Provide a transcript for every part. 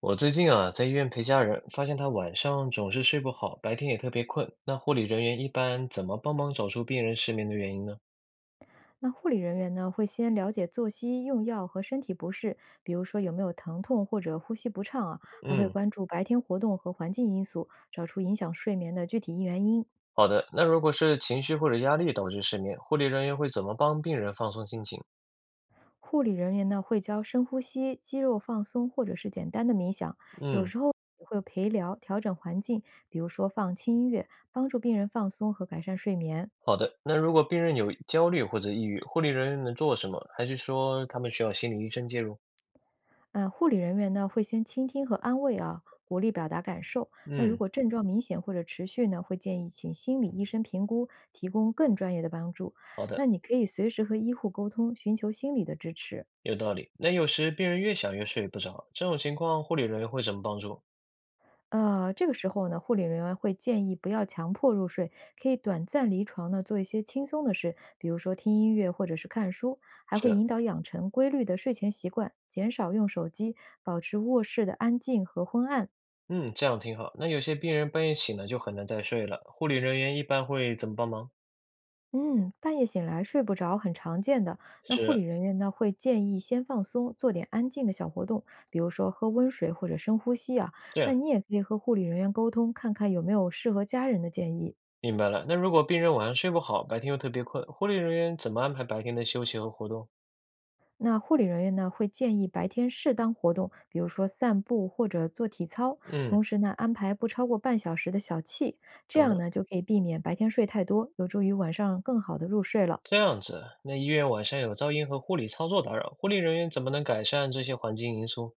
我最近啊，在医院陪家人，发现他晚上总是睡不好，白天也特别困。那护理人员一般怎么帮忙找出病人失眠的原因呢？那护理人员呢，会先了解作息、用药和身体不适，比如说有没有疼痛或者呼吸不畅啊，还会嗯，关注白天活动和环境因素，找出影响睡眠的具体原因。好的。那如果是情绪或者压力导致失眠，护理人员会怎么帮病人放松心情？护理人员呢，会教深呼吸、肌肉放松或者是简单的冥想，有嗯，时候也会陪聊、调整环境，比如说放轻音乐，帮助病人放松和改善睡眠。好的。那如果病人有焦虑或者抑郁，护理人员能做什么？还是说他们需要心理医生介入？护理人员呢会先倾听和安慰啊，鼓励表达感受。那如嗯，果症状明显或者持续呢，会建议请心理医生评估，提供更专业的帮助。好那的，你可以随时和医护沟通，寻求心理的支持。有道理。那有时病人越想越睡不着，这种情况护理人员会怎么帮助？这个时候呢，护理人员会建议不要强迫入睡，可以短暂离床呢，做一些轻松的事，比如说听音乐或者是看书，还会是。引导养成规律的睡前习惯，减少用手机，保持卧室的安静和昏暗。嗯，这样挺好。那有些病人半夜醒了就很难再睡了，护理人员一般会怎么帮忙？嗯，半夜醒来睡不着很常见的。那护是理人员呢，会建议先放松，做点安静的小活动，比如说喝温水或者深呼吸啊。这那样，你也可以和护理人员沟通，看看有没有适合家人的建议。明白了。那如果病人晚上睡不好，白天又特别困，护理人员怎么安排白天的休息和活动？那护理人员呢，会建议白天适当活动，比如说散步或者做体操，嗯，同时呢，安排不超过半小时的小憩，这懂样了。呢，就可以避免白天睡太多，有助于晚上更好的入睡了。这样子，那医院晚上有噪音和护理操作打扰，护理人员怎么能改善这些环境因素？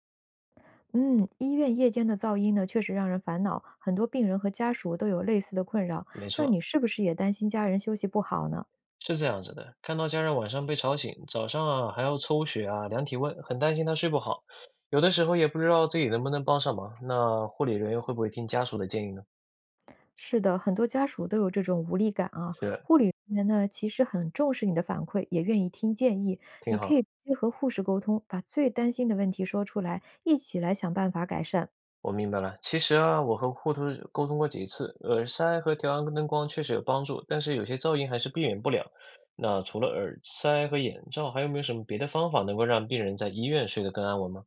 嗯，医院夜间的噪音呢，确实让人烦恼，很多病人和家属都有类似的困扰。没那错，你是不是也担心家人休息不好呢？是这样子的。看到家人晚上被吵醒，早上啊还要抽血啊、量体温，很担心他睡不好，有的时候也不知道自己能不能帮上忙。那护理人员会不会听家属的建议呢？是的，很多家属都有这种无力感啊。是，护理人员呢，其实很重视你的反馈，也愿意听建议。挺你可好，以直接和护士沟通，把最担心的问题说出来，一起来想办法改善。我明白了。其实啊，我和护图沟通过几次，耳塞和调暗灯光确实有帮助，但是有些噪音还是避免不了。那除了耳塞和眼罩，还有没有什么别的方法能够让病人在医院睡得更安稳吗？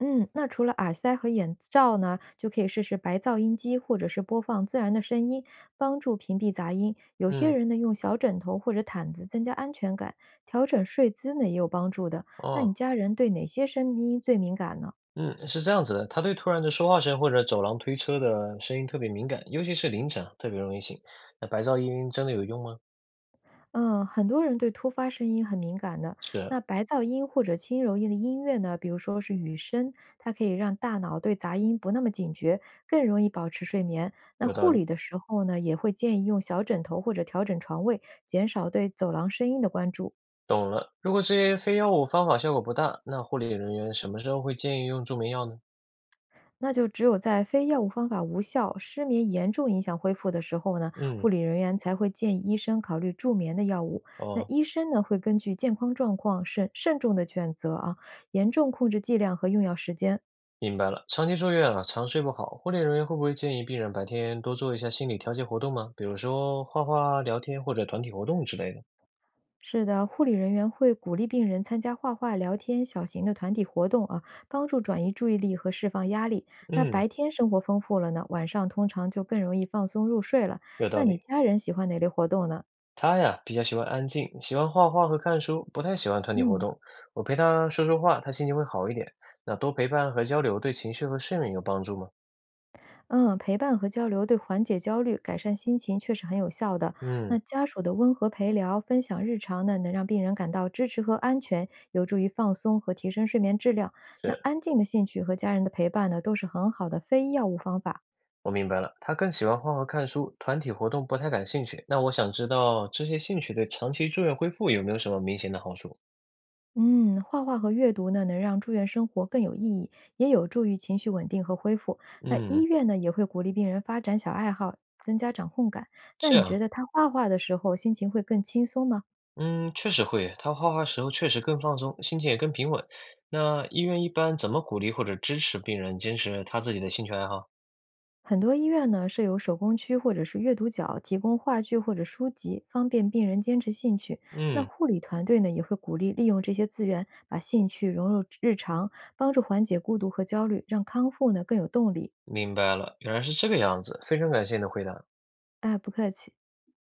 嗯，那除了耳塞和眼罩呢，就可以试试白噪音机，或者是播放自然的声音，帮助屏蔽杂音。有些嗯，人呢，用小枕头或者毯子增加安全感，调整睡姿呢也有帮助的。那哦，你家人对哪些声音最敏感呢？嗯，是这样子的，他对突然的说话声或者走廊推车的声音特别敏感，尤其是凌晨啊特别容易醒。那白噪音真的有用吗？嗯，很多人对突发声音很敏感的。是，那白噪音或者轻柔音的音乐呢，比如说是雨声，它可以让大脑对杂音不那么警觉，更容易保持睡眠。那有道护理，理的时候呢，也会建议用小枕头或者调整床位，减少对走廊声音的关注。懂了。如果这些非药物方法效果不大，那护理人员什么时候会建议用助眠药呢？那就只有在非药物方法无效、失眠严重影响恢复的时候呢，嗯。护理人员才会建议医生考虑助眠的药物。那哦，医生呢，会根据健康状况慎重的选择啊，严重控制剂量和用药时间。明白了。长期住院啊，常睡不好，护理人员会不会建议病人白天多做一下心理调节活动吗？比如说画画、聊天或者团体活动之类的。是的，护理人员会鼓励病人参加画画、聊天、小型的团体活动啊，帮助转移注意力和释放压力。那嗯，白天生活丰富了呢，晚上通常就更容易放松入睡了。有道那你理。家人喜欢哪类活动呢？他呀比较喜欢安静，喜欢画画和看书，不太喜欢团体活嗯。动。我陪他说说话，他心情会好一点。那多陪伴和交流对情绪和睡眠有帮助吗？嗯，陪伴和交流对缓解焦虑、改善心情确实很有效的。那嗯，家属的温和陪聊、分享日常呢，能让病人感到支持和安全，有助于放松和提升睡眠质量。那是，安静的兴趣和家人的陪伴呢，都是很好的非药物方法。我明白了。他更喜欢画画、看书，团体活动不太感兴趣。那我想知道这些兴趣对长期住院恢复有没有什么明显的好处？嗯，画画和阅读呢，能让住院生活更有意义，也有助于情绪稳定和恢复。那医嗯，院呢，也会鼓励病人发展小爱好，增加掌控感。那这你觉样。得他画画的时候心情会更轻松吗？嗯，确实会，他画画时候确实更放松，心情也更平稳。那医院一般怎么鼓励或者支持病人坚持他自己的兴趣爱好？很多医院呢设有手工区或者是阅读角，提供话剧或者书籍，方便病人坚持兴趣。那嗯，护理团队呢也会鼓励利用这些资源，把兴趣融入日常，帮助缓解孤独和焦虑，让康复呢更有动力。明白了，原来是这个样子，非常感谢你的回答。哎，不客气。